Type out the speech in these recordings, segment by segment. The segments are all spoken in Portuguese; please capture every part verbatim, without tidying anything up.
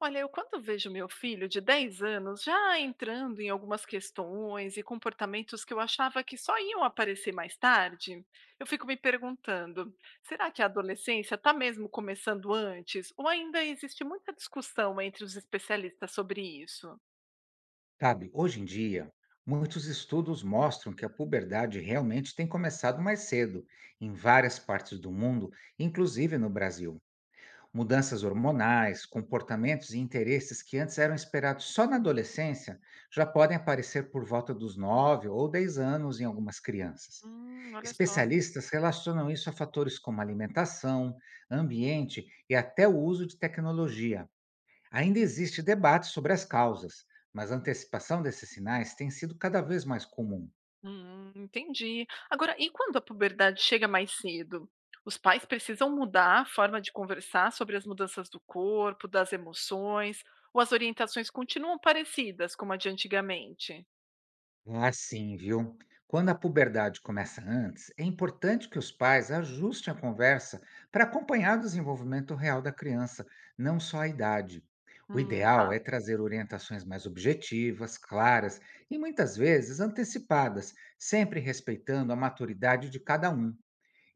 Olha, eu quando vejo meu filho de dez anos já entrando em algumas questões e comportamentos que eu achava que só iam aparecer mais tarde, eu fico me perguntando: será que a adolescência está mesmo começando antes? Ou ainda existe muita discussão entre os especialistas sobre isso? Sabe, hoje em dia, muitos estudos mostram que a puberdade realmente tem começado mais cedo, em várias partes do mundo, inclusive no Brasil. Mudanças hormonais, comportamentos e interesses que antes eram esperados só na adolescência já podem aparecer por volta dos nove ou dez anos em algumas crianças. Hum, olha só. Especialistas relacionam isso a fatores como alimentação, ambiente e até o uso de tecnologia. Ainda existe debate sobre as causas, mas a antecipação desses sinais tem sido cada vez mais comum. Hum, entendi. Agora, e quando a puberdade chega mais cedo? Os pais precisam mudar a forma de conversar sobre as mudanças do corpo, das emoções, ou as orientações continuam parecidas como a de antigamente? Ah, sim, viu? Quando a puberdade começa antes, é importante que os pais ajustem a conversa para acompanhar o desenvolvimento real da criança, não só a idade. O Hum, ideal tá. é trazer orientações mais objetivas, claras e muitas vezes antecipadas, sempre respeitando a maturidade de cada um.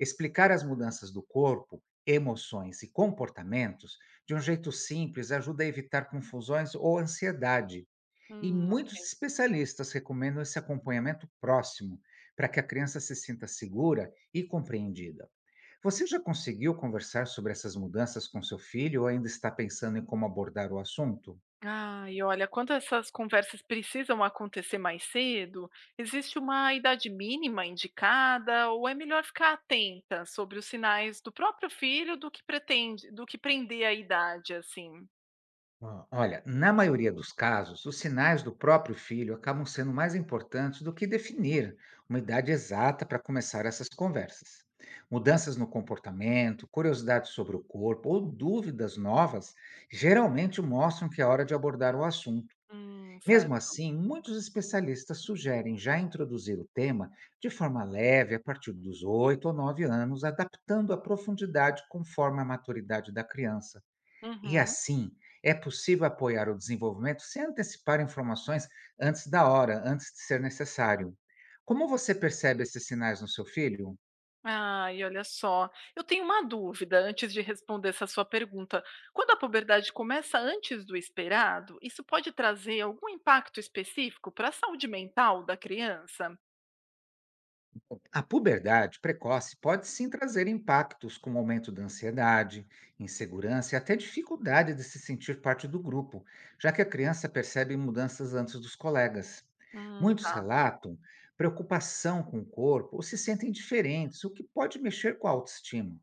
Explicar as mudanças do corpo, emoções e comportamentos de um jeito simples ajuda a evitar confusões ou ansiedade. E Hum, muitos ok. especialistas recomendam esse acompanhamento próximo para que a criança se sinta segura e compreendida. Você já conseguiu conversar sobre essas mudanças com seu filho ou ainda está pensando em como abordar o assunto? Ah, e olha, quando essas conversas precisam acontecer mais cedo, existe uma idade mínima indicada, ou é melhor ficar atenta sobre os sinais do próprio filho do que pretende, do que prender a idade, assim? Ó, olha, na maioria dos casos, os sinais do próprio filho acabam sendo mais importantes do que definir uma idade exata para começar essas conversas. Mudanças no comportamento, curiosidades sobre o corpo ou dúvidas novas geralmente mostram que é hora de abordar o assunto. Hum, Mesmo certo. assim, muitos especialistas sugerem já introduzir o tema de forma leve a partir dos oito ou nove anos, adaptando a profundidade conforme a maturidade da criança. E Uhum. assim, é possível apoiar o desenvolvimento sem antecipar informações antes da hora, antes de ser necessário. Como você percebe esses sinais no seu filho? Ai, olha só. Eu tenho uma dúvida antes de responder essa sua pergunta. Quando a puberdade começa antes do esperado, isso pode trazer algum impacto específico para a saúde mental da criança? A puberdade precoce pode sim trazer impactos como aumento da ansiedade, insegurança e até dificuldade de se sentir parte do grupo, já que a criança percebe mudanças antes dos colegas. Hum, Muitos tá. relatam preocupação com o corpo ou se sentem diferentes, o que pode mexer com a autoestima.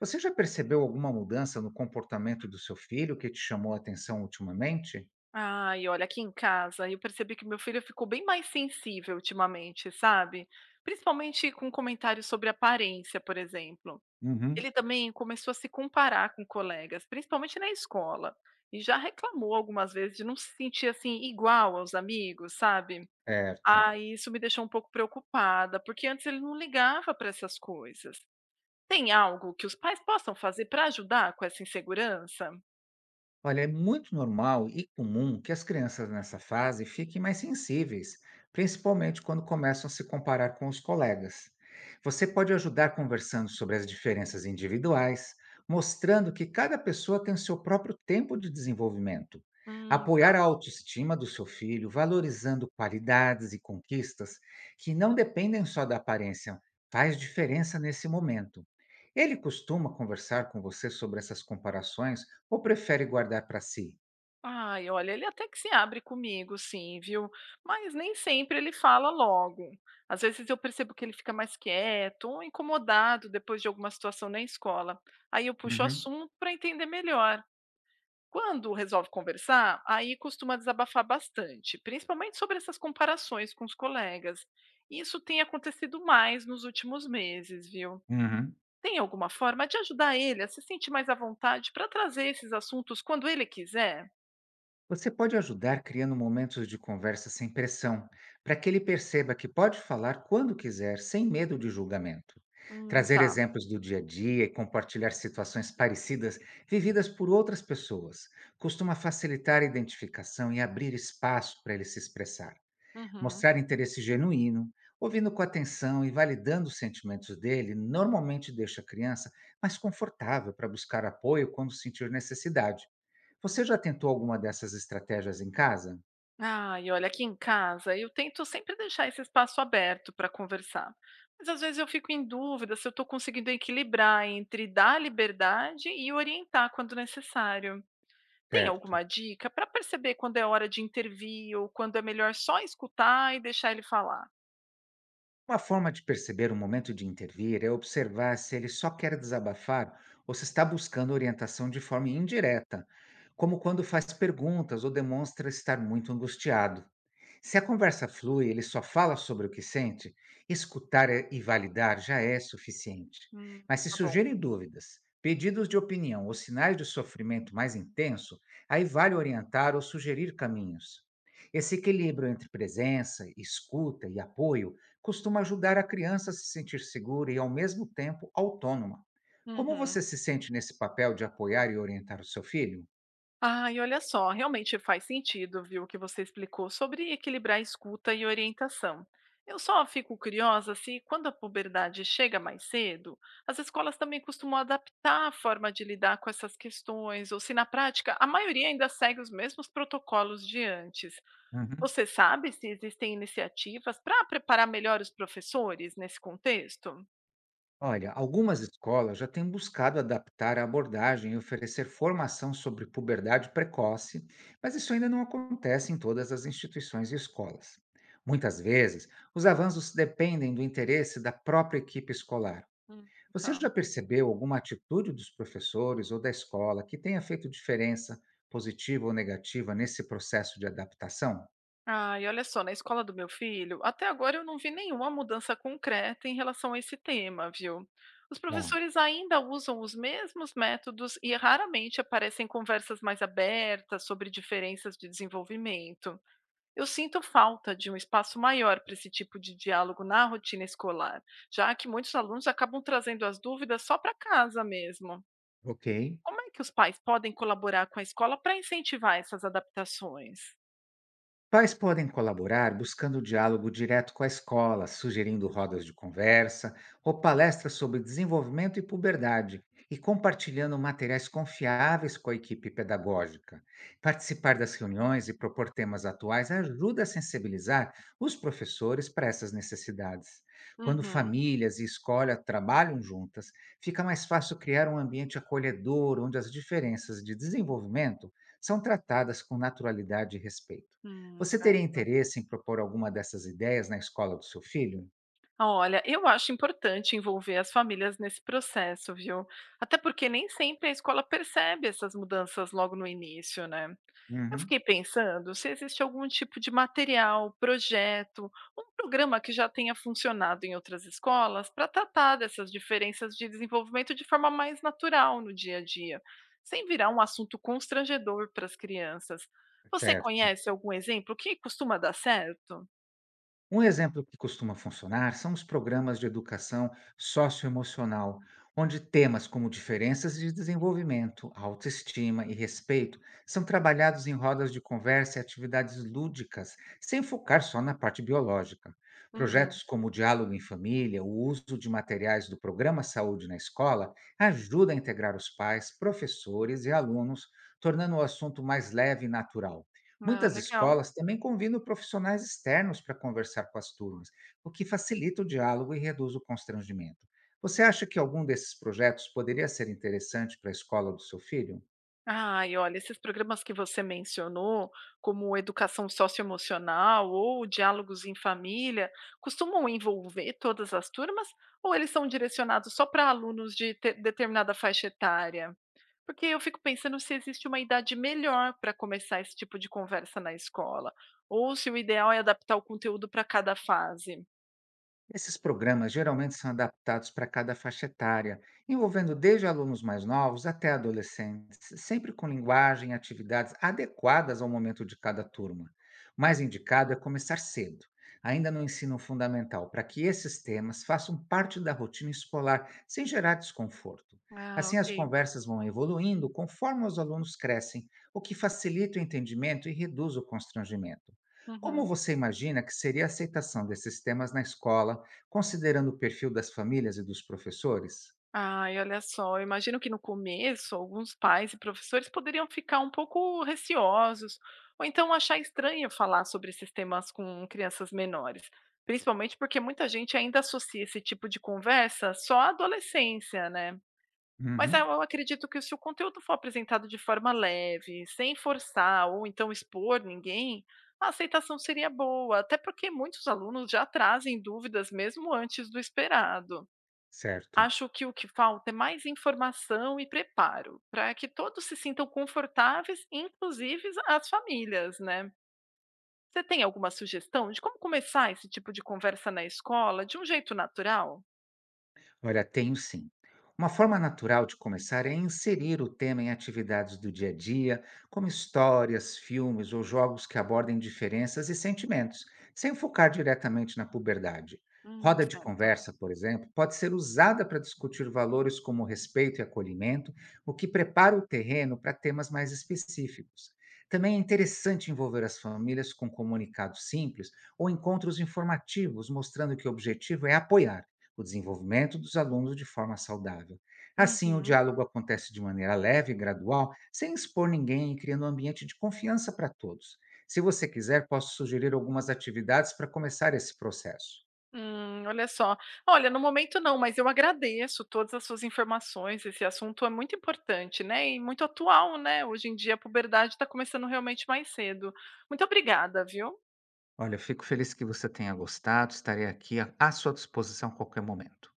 Você já percebeu alguma mudança no comportamento do seu filho que te chamou a atenção ultimamente? Ai, olha, aqui em casa eu percebi que meu filho ficou bem mais sensível ultimamente, sabe? Principalmente com comentários sobre aparência, por exemplo. Uhum. Ele também começou a se comparar com colegas, principalmente na escola, e já reclamou algumas vezes de não se sentir, assim, igual aos amigos, sabe. Certo. Ah, isso me deixou um pouco preocupada, porque antes ele não ligava para essas coisas. Tem algo que os pais possam fazer para ajudar com essa insegurança? Olha, é muito normal e comum que as crianças nessa fase fiquem mais sensíveis, principalmente quando começam a se comparar com os colegas. Você pode ajudar conversando sobre as diferenças individuais, mostrando que cada pessoa tem o seu próprio tempo de desenvolvimento. Hum. Tá. Apoiar a autoestima do seu filho, valorizando qualidades e conquistas que não dependem só da aparência, faz diferença nesse momento. Ele costuma conversar com você sobre essas comparações ou prefere guardar para si? Ai, olha, ele até que se abre comigo, sim, viu? Mas nem sempre ele fala logo. Às vezes eu percebo que ele fica mais quieto ou incomodado depois de alguma situação na escola. Aí eu puxo o Uhum, assunto para entender melhor. Quando resolve conversar, aí costuma desabafar bastante, principalmente sobre essas comparações com os colegas. Isso tem acontecido mais nos últimos meses, viu? uhum. Tem alguma forma de ajudar ele a se sentir mais à vontade para trazer esses assuntos quando ele quiser? Você pode ajudar criando momentos de conversa sem pressão, para que ele perceba que pode falar quando quiser, sem medo de julgamento. Hum, Trazer tá. exemplos do dia a dia e compartilhar situações parecidas vividas por outras pessoas costuma facilitar a identificação e abrir espaço para ele se expressar. Uhum. Mostrar interesse genuíno, ouvindo com atenção e validando os sentimentos dele normalmente deixa a criança mais confortável para buscar apoio quando sentir necessidade. Você já tentou alguma dessas estratégias em casa? Ai, olha, aqui em casa eu tento sempre deixar esse espaço aberto para conversar. Mas às vezes eu fico em dúvida se eu estou conseguindo equilibrar entre dar liberdade e orientar quando necessário. Tem Certo. alguma dica para perceber quando é hora de intervir ou quando é melhor só escutar e deixar ele falar? Uma forma de perceber o momento de intervir é observar se ele só quer desabafar ou se está buscando orientação de forma indireta, como quando faz perguntas ou demonstra estar muito angustiado. Se a conversa flui, ele só fala sobre o que sente, escutar eh, e validar já é suficiente. Hum, Mas se tá bom. surgirem dúvidas, pedidos de opinião ou sinais de sofrimento mais intenso, aí vale orientar ou sugerir caminhos. Esse equilíbrio entre presença, escuta e apoio costuma ajudar a criança a se sentir segura e, ao mesmo tempo, autônoma. Como Uhum. você se sente nesse papel de apoiar e orientar o seu filho? Ah, e olha só, realmente faz sentido, viu, o que você explicou sobre equilibrar escuta e orientação. Eu só fico curiosa se, quando a puberdade chega mais cedo, as escolas também costumam adaptar a forma de lidar com essas questões, ou se na prática a maioria ainda segue os mesmos protocolos de antes. Uhum. Você sabe se existem iniciativas para preparar melhor os professores nesse contexto? Olha, algumas escolas já têm buscado adaptar a abordagem e oferecer formação sobre puberdade precoce, mas isso ainda não acontece em todas as instituições e escolas. Muitas vezes, os avanços dependem do interesse da própria equipe escolar. Hum, Você tá. já percebeu alguma atitude dos professores ou da escola que tenha feito diferença, positiva ou negativa, nesse processo de adaptação? Ah, e olha só, na escola do meu filho, até agora eu não vi nenhuma mudança concreta em relação a esse tema, viu? Os Bom, professores ainda usam os mesmos métodos e raramente aparecem conversas mais abertas sobre diferenças de desenvolvimento. Eu sinto falta de um espaço maior para esse tipo de diálogo na rotina escolar, já que muitos alunos acabam trazendo as dúvidas só para casa mesmo. ok. Como é que os pais podem colaborar com a escola para incentivar essas adaptações? Pais podem colaborar buscando diálogo direto com a escola, sugerindo rodas de conversa ou palestras sobre desenvolvimento e puberdade, e compartilhando materiais confiáveis com a equipe pedagógica. Participar das reuniões e propor temas atuais ajuda a sensibilizar os professores para essas necessidades. Quando Uhum. famílias e escola trabalham juntas, fica mais fácil criar um ambiente acolhedor onde as diferenças de desenvolvimento são tratadas com naturalidade e respeito. Hum, Você teria certo. interesse em propor alguma dessas ideias na escola do seu filho? Olha, eu acho importante envolver as famílias nesse processo, viu? Até porque nem sempre a escola percebe essas mudanças logo no início, né? Eu Uhum, fiquei pensando se existe algum tipo de material, projeto, um programa que já tenha funcionado em outras escolas para tratar dessas diferenças de desenvolvimento de forma mais natural no dia a dia, sem virar um assunto constrangedor para as crianças. Você certo. conhece algum exemplo que costuma dar certo? Um exemplo que costuma funcionar são os programas de educação socioemocional, onde temas como diferenças de desenvolvimento, autoestima e respeito são trabalhados em rodas de conversa e atividades lúdicas, sem focar só na parte biológica. Uhum. Projetos como o Diálogo em Família, o uso de materiais do Programa Saúde na escola, ajuda a integrar os pais, professores e alunos, tornando o assunto mais leve e natural. Ah, Muitas legal. escolas também convidam profissionais externos para conversar com as turmas, o que facilita o diálogo e reduz o constrangimento. Você acha que algum desses projetos poderia ser interessante para a escola do seu filho? Ai, olha, esses programas que você mencionou, como educação socioemocional ou diálogos em família, costumam envolver todas as turmas ou eles são direcionados só para alunos de te- determinada faixa etária? Porque eu fico pensando se existe uma idade melhor para começar esse tipo de conversa na escola, ou se o ideal é adaptar o conteúdo para cada fase. Esses programas geralmente são adaptados para cada faixa etária, envolvendo desde alunos mais novos até adolescentes, sempre com linguagem e atividades adequadas ao momento de cada turma. O mais indicado é começar cedo, ainda no ensino fundamental, para que esses temas façam parte da rotina escolar sem gerar desconforto. Ah, Assim, as ok. conversas vão evoluindo conforme os alunos crescem, o que facilita o entendimento e reduz o constrangimento. Como Uhum. você imagina que seria a aceitação desses temas na escola? Considerando o perfil das famílias e dos professores? Ai, olha só, eu imagino que no começo alguns pais e professores poderiam ficar um pouco receosos, ou então achar estranho falar sobre esses temas com crianças menores, principalmente porque muita gente ainda associa esse tipo de conversa só à adolescência, né? Mas eu Uhum, eu acredito que se o conteúdo for apresentado de forma leve, sem forçar ou então expor ninguém, a aceitação seria boa, até porque muitos alunos já trazem dúvidas mesmo antes do esperado. certo. Acho que o que falta é mais informação e preparo, para que todos se sintam confortáveis, inclusive as famílias, né. Você tem alguma sugestão de como começar esse tipo de conversa na escola de um jeito natural? Olha, tenho sim. Uma forma natural de começar é inserir o tema em atividades do dia a dia, como histórias, filmes ou jogos que abordem diferenças e sentimentos, sem focar diretamente na puberdade. Hum, Roda de certo. conversa, por exemplo, pode ser usada para discutir valores como respeito e acolhimento, o que prepara o terreno para temas mais específicos. Também é interessante envolver as famílias com comunicados simples ou encontros informativos, mostrando que o objetivo é apoiar o desenvolvimento dos alunos de forma saudável. Assim, o Uhum. diálogo acontece de maneira leve e gradual, sem expor ninguém e criando um ambiente de confiança para todos. Se você quiser, posso sugerir algumas atividades para começar esse processo. Hum, olha só. Olha, no momento não, mas eu agradeço todas as suas informações, esse assunto é muito importante, né, e muito atual, né, hoje em dia a puberdade está começando realmente mais cedo. Muito obrigada, viu. Olha, eu fico feliz que você tenha gostado, estarei aqui à à sua disposição a qualquer momento.